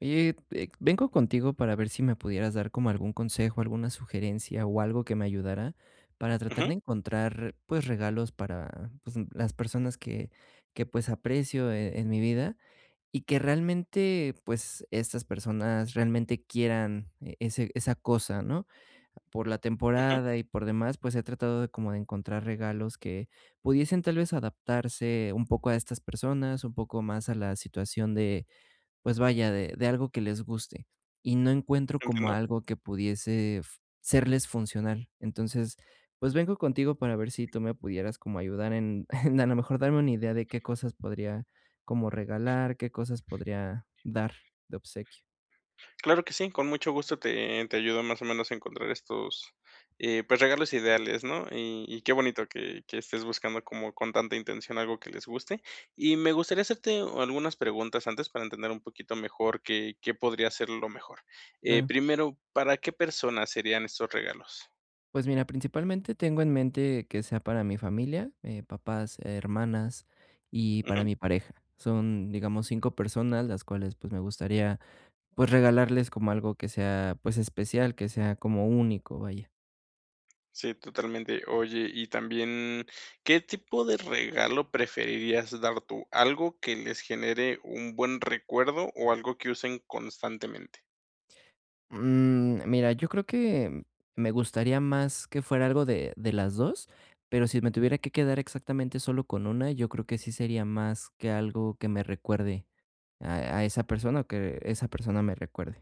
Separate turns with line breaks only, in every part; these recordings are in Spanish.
Oye, vengo contigo para ver si me pudieras dar como algún consejo, alguna sugerencia o algo que me ayudara para tratar
Ujú,
de encontrar, pues, regalos para, pues, las personas que, pues, aprecio en mi vida y que realmente, pues, estas personas realmente quieran e ese esa cosa, ¿no? Por la
ujú,
temporada y por demás, pues, he tratado de como de encontrar regalos que pudiesen tal vez adaptarse un poco a estas personas, un poco más a la situación de pues vaya, de algo que les guste, y no encuentro como
entiendo.
algo que pudiese f serles funcional. Entonces, pues vengo contigo para ver si tú me pudieras como ayudar en en a lo mejor darme una idea de qué cosas podría como regalar, qué cosas podría dar de obsequio.
Claro que sí, con mucho gusto te ayudo más o menos a encontrar estos, pues, regalos ideales, ¿no? Y qué bonito que estés buscando como con tanta intención algo que les guste. Y me gustaría hacerte algunas preguntas antes para entender un poquito mejor qué qué podría ser lo mejor.
Claro.
Primero, ¿para qué personas serían estos regalos?
Pues mira, principalmente tengo en mente que sea para mi familia, papás, hermanas y para mi pareja. Son, digamos, 5 personas, las cuales, pues, me gustaría pues, regalarles como algo que sea, pues, especial, que sea como único, vaya.
Sí, totalmente. Oye, y también, ¿qué tipo de regalo preferirías dar tú? ¿Algo que les genere un buen recuerdo o algo que usen constantemente?
Mm, mira, yo creo que me gustaría más que fuera algo de las 2, pero si me tuviera que quedar exactamente solo con una, yo creo que sí sería más que algo que me recuerde a esa persona, o que esa persona me recuerde.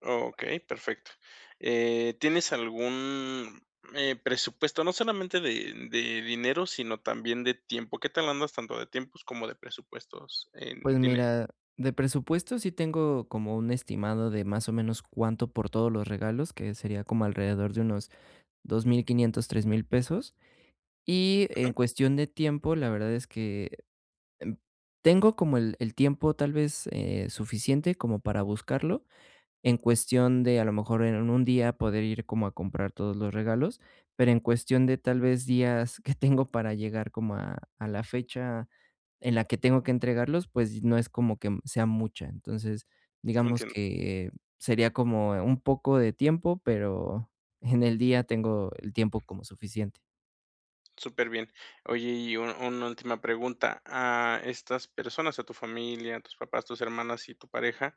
Okey, perfecto. ¿Tienes algún, presupuesto? No solamente de dinero, sino también de tiempo. ¿Qué tal andas tanto de tiempos como de presupuestos en
Pues
dinero?
mira, de presupuesto sí tengo como un estimado de más o menos cuánto por todos los regalos, que sería como alrededor de unos 2,500 3,000 pesos. Y en cuestión de tiempo, la verdad es que, em, tengo como el tiempo tal vez, suficiente como para buscarlo, en cuestión de, a lo mejor, en un día poder ir como a comprar todos los regalos, pero en cuestión de tal vez días que tengo para llegar como a la fecha en la que tengo que entregarlos, pues no es como que sea mucha. Entonces, digamos
Entiendo.
que sería como un poco de tiempo, pero en el día tengo el tiempo como suficiente.
Súper bien. Oye, y un una última pregunta, a estas personas, a tu familia, a tus papás, tus hermanas y tu pareja,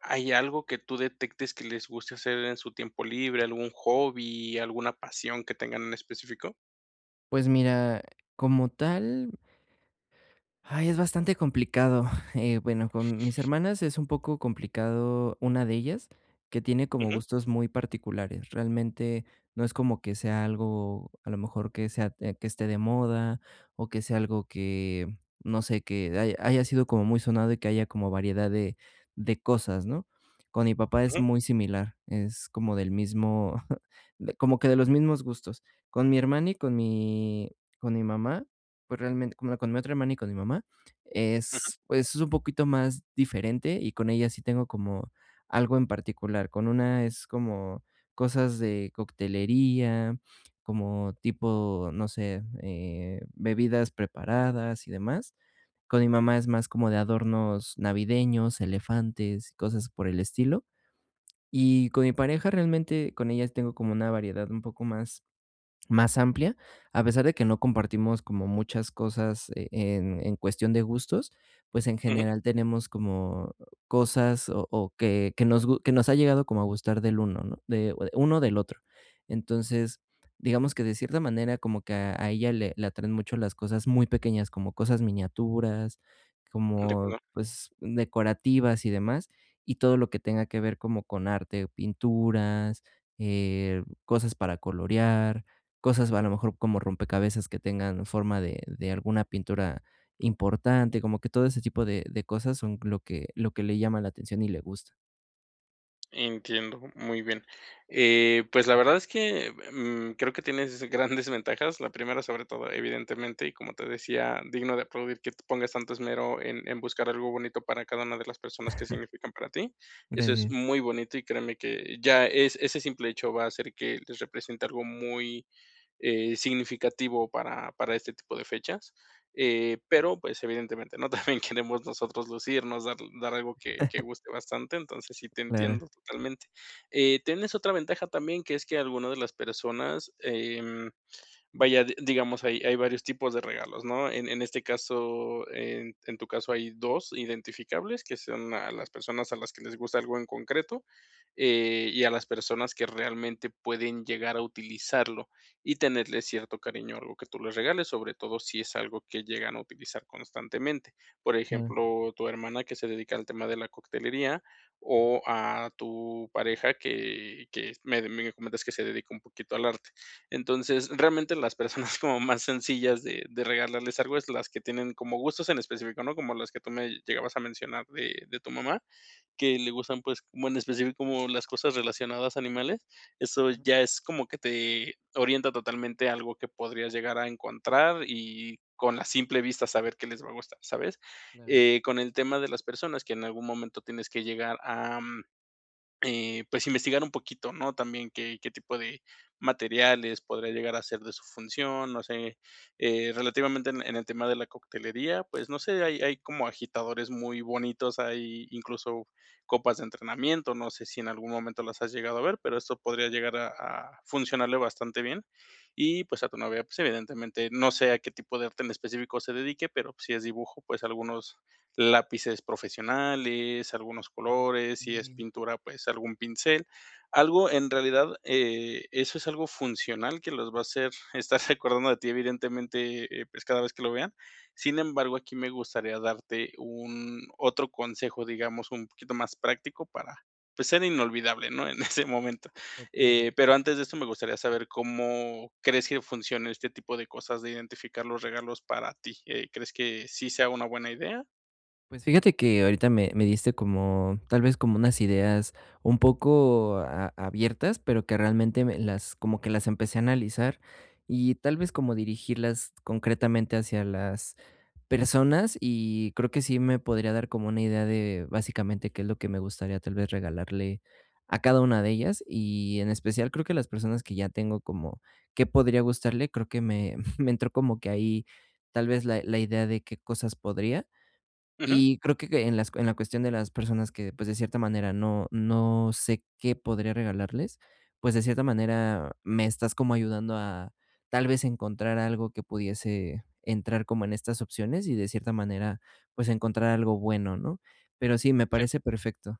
¿hay algo que tú detectes que les guste hacer en su tiempo libre, algún hobby, alguna pasión que tengan en específico?
Pues mira, como tal, ay, es bastante complicado. Bueno, con mis hermanas es un poco complicado una de ellas, que tiene como
Ujú,
gustos muy particulares. Realmente no es como que sea algo, a lo mejor que sea, que esté de moda o que sea algo que, no sé, que haya sido como muy sonado y que haya como variedad de cosas, ¿no? Con mi papá es
ujú,
muy similar, es como del mismo, como que de los mismos gustos. Con mi hermana y con mi mamá pues, realmente, como con mi otra hermana y con mi mamá,
ujú,
es, pues, es un poquito más diferente, y con ella sí tengo como algo en particular. Con una es como cosas de coctelería, como tipo, no sé, bebidas preparadas y demás. Con mi mamá es más como de adornos navideños, elefantes, y cosas por el estilo. Y con mi pareja realmente, con ella tengo como una variedad un poco más amplia, a pesar de que no compartimos como muchas cosas en cuestión de gustos, pues, en
ujú,
general tenemos como cosas o que nos ha llegado como a gustar del uno, ¿no? De o de uno del otro. Entonces, digamos que de cierta manera como que a ella le atraen mucho las cosas muy pequeñas, como cosas miniaturas,
de
como,
acuerdo.
pues, decorativas y demás, y todo lo que tenga que ver como con arte, pinturas, cosas para colorear, cosas, a lo mejor, como rompecabezas que tengan forma de alguna pintura importante, como que todo ese tipo de cosas son lo que le llama la atención y le gusta.
Entiendo, muy bien. Pues, la verdad es que, creo que tienes grandes ventajas. La primera, sobre todo, evidentemente, y como te decía, digno de aplaudir que te pongas tanto esmero en buscar algo bonito para cada una de las personas que significan para ti. Eso es
Gracias.
muy bonito, y créeme que ya es ese simple hecho va a hacer que les represente algo muy, significativo para este tipo de fechas. Pero, pues, evidentemente, ¿no? También queremos nosotros lucirnos, dar algo que guste bastante, entonces sí te
Claro,
entiendo totalmente. Tienes otra ventaja también, que es que algunas de las personas, vaya, digamos, hay varios tipos de regalos, ¿no? En este caso, en tu caso hay dos identificables, que son a las personas a las que les gusta algo en concreto, y a las personas que realmente pueden llegar a utilizarlo y tenerle cierto cariño a algo que tú les regales, sobre todo si es algo que llegan a utilizar constantemente. Por
claro,
ejemplo, tu hermana que se dedica al tema de la coctelería, o a tu pareja que me comentas que se dedica un poquito al arte. Entonces, realmente las personas como más sencillas de regalarles algo es las que tienen como gustos en específico, ¿no? Como las que tú me llegabas a mencionar de tu mamá, que le gustan, pues, como en específico, como las cosas relacionadas a animales. Eso ya es como que te orienta totalmente a algo que podrías llegar a encontrar y con la simple vista saber que les va a gustar, ¿sabes?
claro.
Con el tema de las personas que en algún momento tienes que llegar a pues, investigar un poquito, ¿no? También qué tipo de materiales podría llegar a ser de su función, no sé, relativamente en el tema de la coctelería, pues, no sé, hay como agitadores muy bonitos, hay incluso copas de entrenamiento, no sé si en algún momento las has llegado a ver, pero esto podría llegar a funcionarle bastante bien. Y, pues, a tu novia, pues, evidentemente, no sé a qué tipo de arte en específico se dedique, pero pues, si es dibujo, pues, algunos lápices profesionales, algunos colores, si es
Mm,
pintura, pues algún pincel, algo en realidad, eso es algo funcional que los va a hacer estar recordando de ti, evidentemente, pues cada vez que lo vean. Sin embargo, aquí me gustaría darte un otro consejo, digamos, un poquito más práctico para, pues, ser inolvidable, ¿no? En ese momento.
okey, a ver.
Pero antes de esto, me gustaría saber cómo crees que funciona este tipo de cosas de identificar los regalos para ti, ¿crees que sí sea una buena idea?
Pues fíjate que ahorita me diste como, tal vez, como unas ideas un poco a abiertas, pero que realmente me las como que las empecé a analizar y tal vez como dirigirlas concretamente hacia las personas y creo que sí me podría dar como una idea de básicamente qué es lo que me gustaría tal vez regalarle a cada una de ellas y en especial creo que las personas que ya tengo como qué podría gustarle, creo que me, me entró como que ahí tal vez la idea de qué cosas podría.
Ujú,
Y creo que en las en la cuestión de las personas que, pues, de cierta manera no sé qué podría regalarles, pues, de cierta manera me estás como ayudando a, tal vez, encontrar algo que pudiese entrar como en estas opciones y de cierta manera, pues, encontrar algo bueno, ¿no? Pero sí, me
sí,
parece perfecto.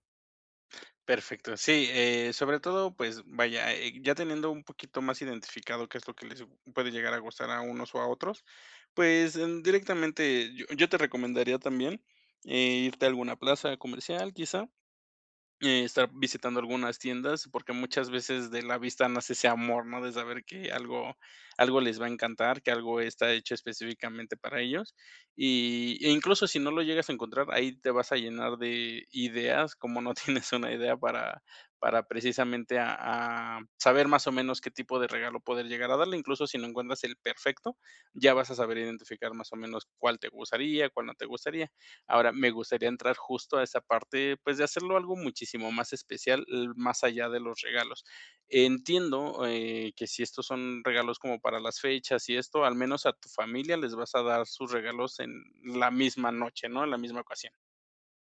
perfecto. Sí, sobre todo, pues vaya, ya teniendo un poquito más identificado qué es lo que les puede llegar a gustar a unos o a otros, pues directamente yo te recomendaría también irte a alguna plaza comercial, quizá. Estar visitando algunas tiendas, porque muchas veces de la vista nace ese amor, ¿no? De saber que algo les va a encantar, que algo está hecho específicamente para ellos. Y, e incluso si no lo llegas a encontrar, ahí te vas a llenar de ideas, como no tienes una idea para precisamente a saber más o menos qué tipo de regalo poder llegar a darle. Incluso si no encuentras el perfecto, ya vas a saber identificar más o menos cuál te gustaría, cuál no te gustaría. Ahora, me gustaría entrar justo a esa parte, pues, de hacerlo algo muchísimo más especial, l más allá de los regalos.
Ok.
Entiendo, que si estos son regalos como para las fechas y esto, al menos a tu familia les vas a dar sus regalos en la misma noche, ¿no? En la misma ocasión.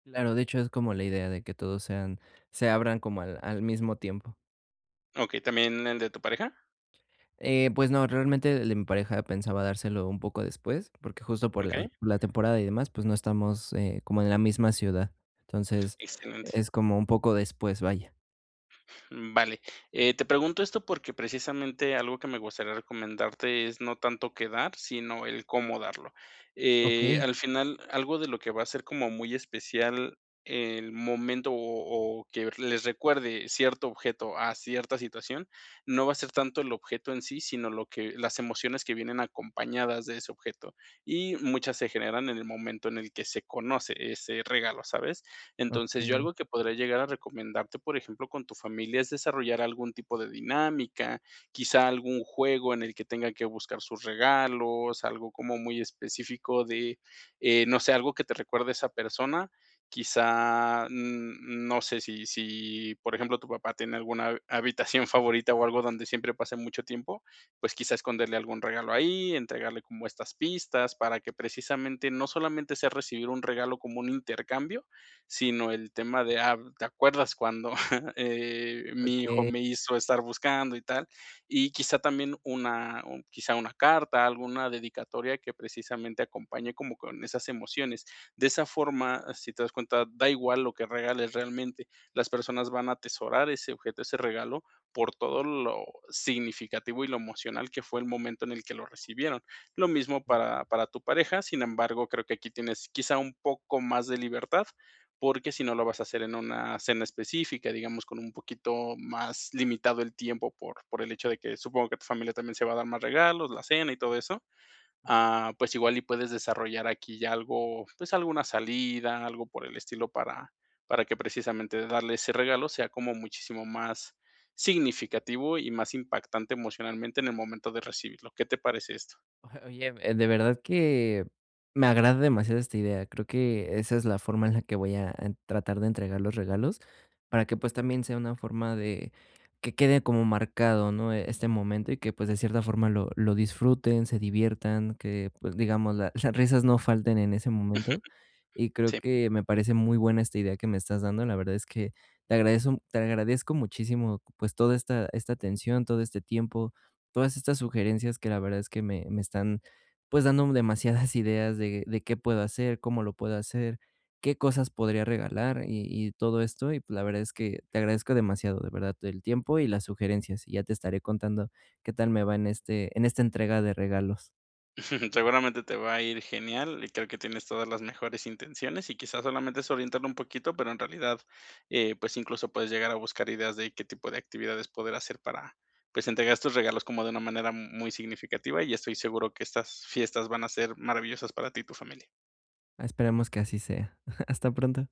Claro, de hecho, es como la idea de que todos sean se abran como al mismo tiempo.
Okey, ¿también el de tu pareja?
Pues no, realmente el de mi pareja pensaba dárselo un poco después, porque justo por la
Okey,
por la temporada y demás, pues no estamos, como en la misma ciudad. Entonces,
excelente.
es como un poco después, vaya.
Mm, vale. Te pregunto esto porque precisamente algo que me gustaría recomendarte es no tanto qué dar, sino el cómo darlo.
Okey,
Al final, algo de lo que va a ser como muy especial el momento o que les recuerde cierto objeto a cierta situación, no va a ser tanto el objeto en sí, sino las emociones que vienen acompañadas de ese objeto. Y muchas se generan en el momento en el que se conoce ese regalo, ¿sabes? Entonces, yo
okey,
algo que podría llegar a recomendarte, por ejemplo, con tu familia es desarrollar algún tipo de dinámica, quizá algún juego en el que tengan que buscar sus regalos, algo como muy específico de, no sé, algo que te recuerde a esa persona. Quizá, no sé si, por ejemplo, tu papá tiene alguna habitación favorita o algo donde siempre pase mucho tiempo, pues quizá esconderle algún regalo ahí, entregarle como estas pistas para que precisamente no solamente sea recibir un regalo como un intercambio, sino el tema de, ah, ¿te acuerdas cuando mi hijo
okey.
me hizo estar buscando y tal? Y quizá también quizá una carta, alguna dedicatoria que precisamente acompañe como con esas emociones. De esa forma, si te das cuenta, da igual lo que regales realmente, las personas van a atesorar ese objeto, ese regalo, por todo lo significativo y lo emocional que fue el momento en el que lo recibieron. Lo mismo para, tu pareja, sin embargo, creo que aquí tienes quizá un poco más de libertad porque si no lo vas a hacer en una cena específica, digamos, con un poquito más limitado el tiempo por, el hecho de que supongo que tu familia también se va a dar más regalos, la cena y todo eso, ah, pues igual y puedes desarrollar aquí ya algo, pues alguna salida, algo por el estilo para, que precisamente darle ese regalo sea como muchísimo más significativo y más impactante emocionalmente en el momento de recibirlo. ¿Qué te parece esto?
Oye, de verdad que me agrada demasiado esta idea. Creo que esa es la forma en la que voy a tratar de entregar los regalos para que pues también sea una forma de que quede como marcado, ¿no? Este momento y que pues de cierta forma lo disfruten, se diviertan, que pues digamos las risas no falten en ese momento. Y creo
Sí.
que me parece muy buena esta idea que me estás dando. La verdad es que te agradezco muchísimo pues toda esta atención, todo este tiempo todas estas sugerencias que la verdad es que me están pues dando demasiadas ideas de qué puedo hacer, cómo lo puedo hacer, qué cosas podría regalar y todo esto. Y pues, la verdad es que te agradezco demasiado, de verdad, el tiempo y las sugerencias. Y ya te estaré contando qué tal me va en esta entrega de regalos.
Seguramente te va a ir genial y creo que tienes todas las mejores intenciones y quizás solamente es orientarlo un poquito, pero en realidad, pues incluso puedes llegar a buscar ideas de qué tipo de actividades poder hacer para, pues entregar estos regalos como de una manera muy significativa y estoy seguro que estas fiestas van a ser maravillosas para ti y tu familia.
Ah, esperemos que así sea. Hasta pronto.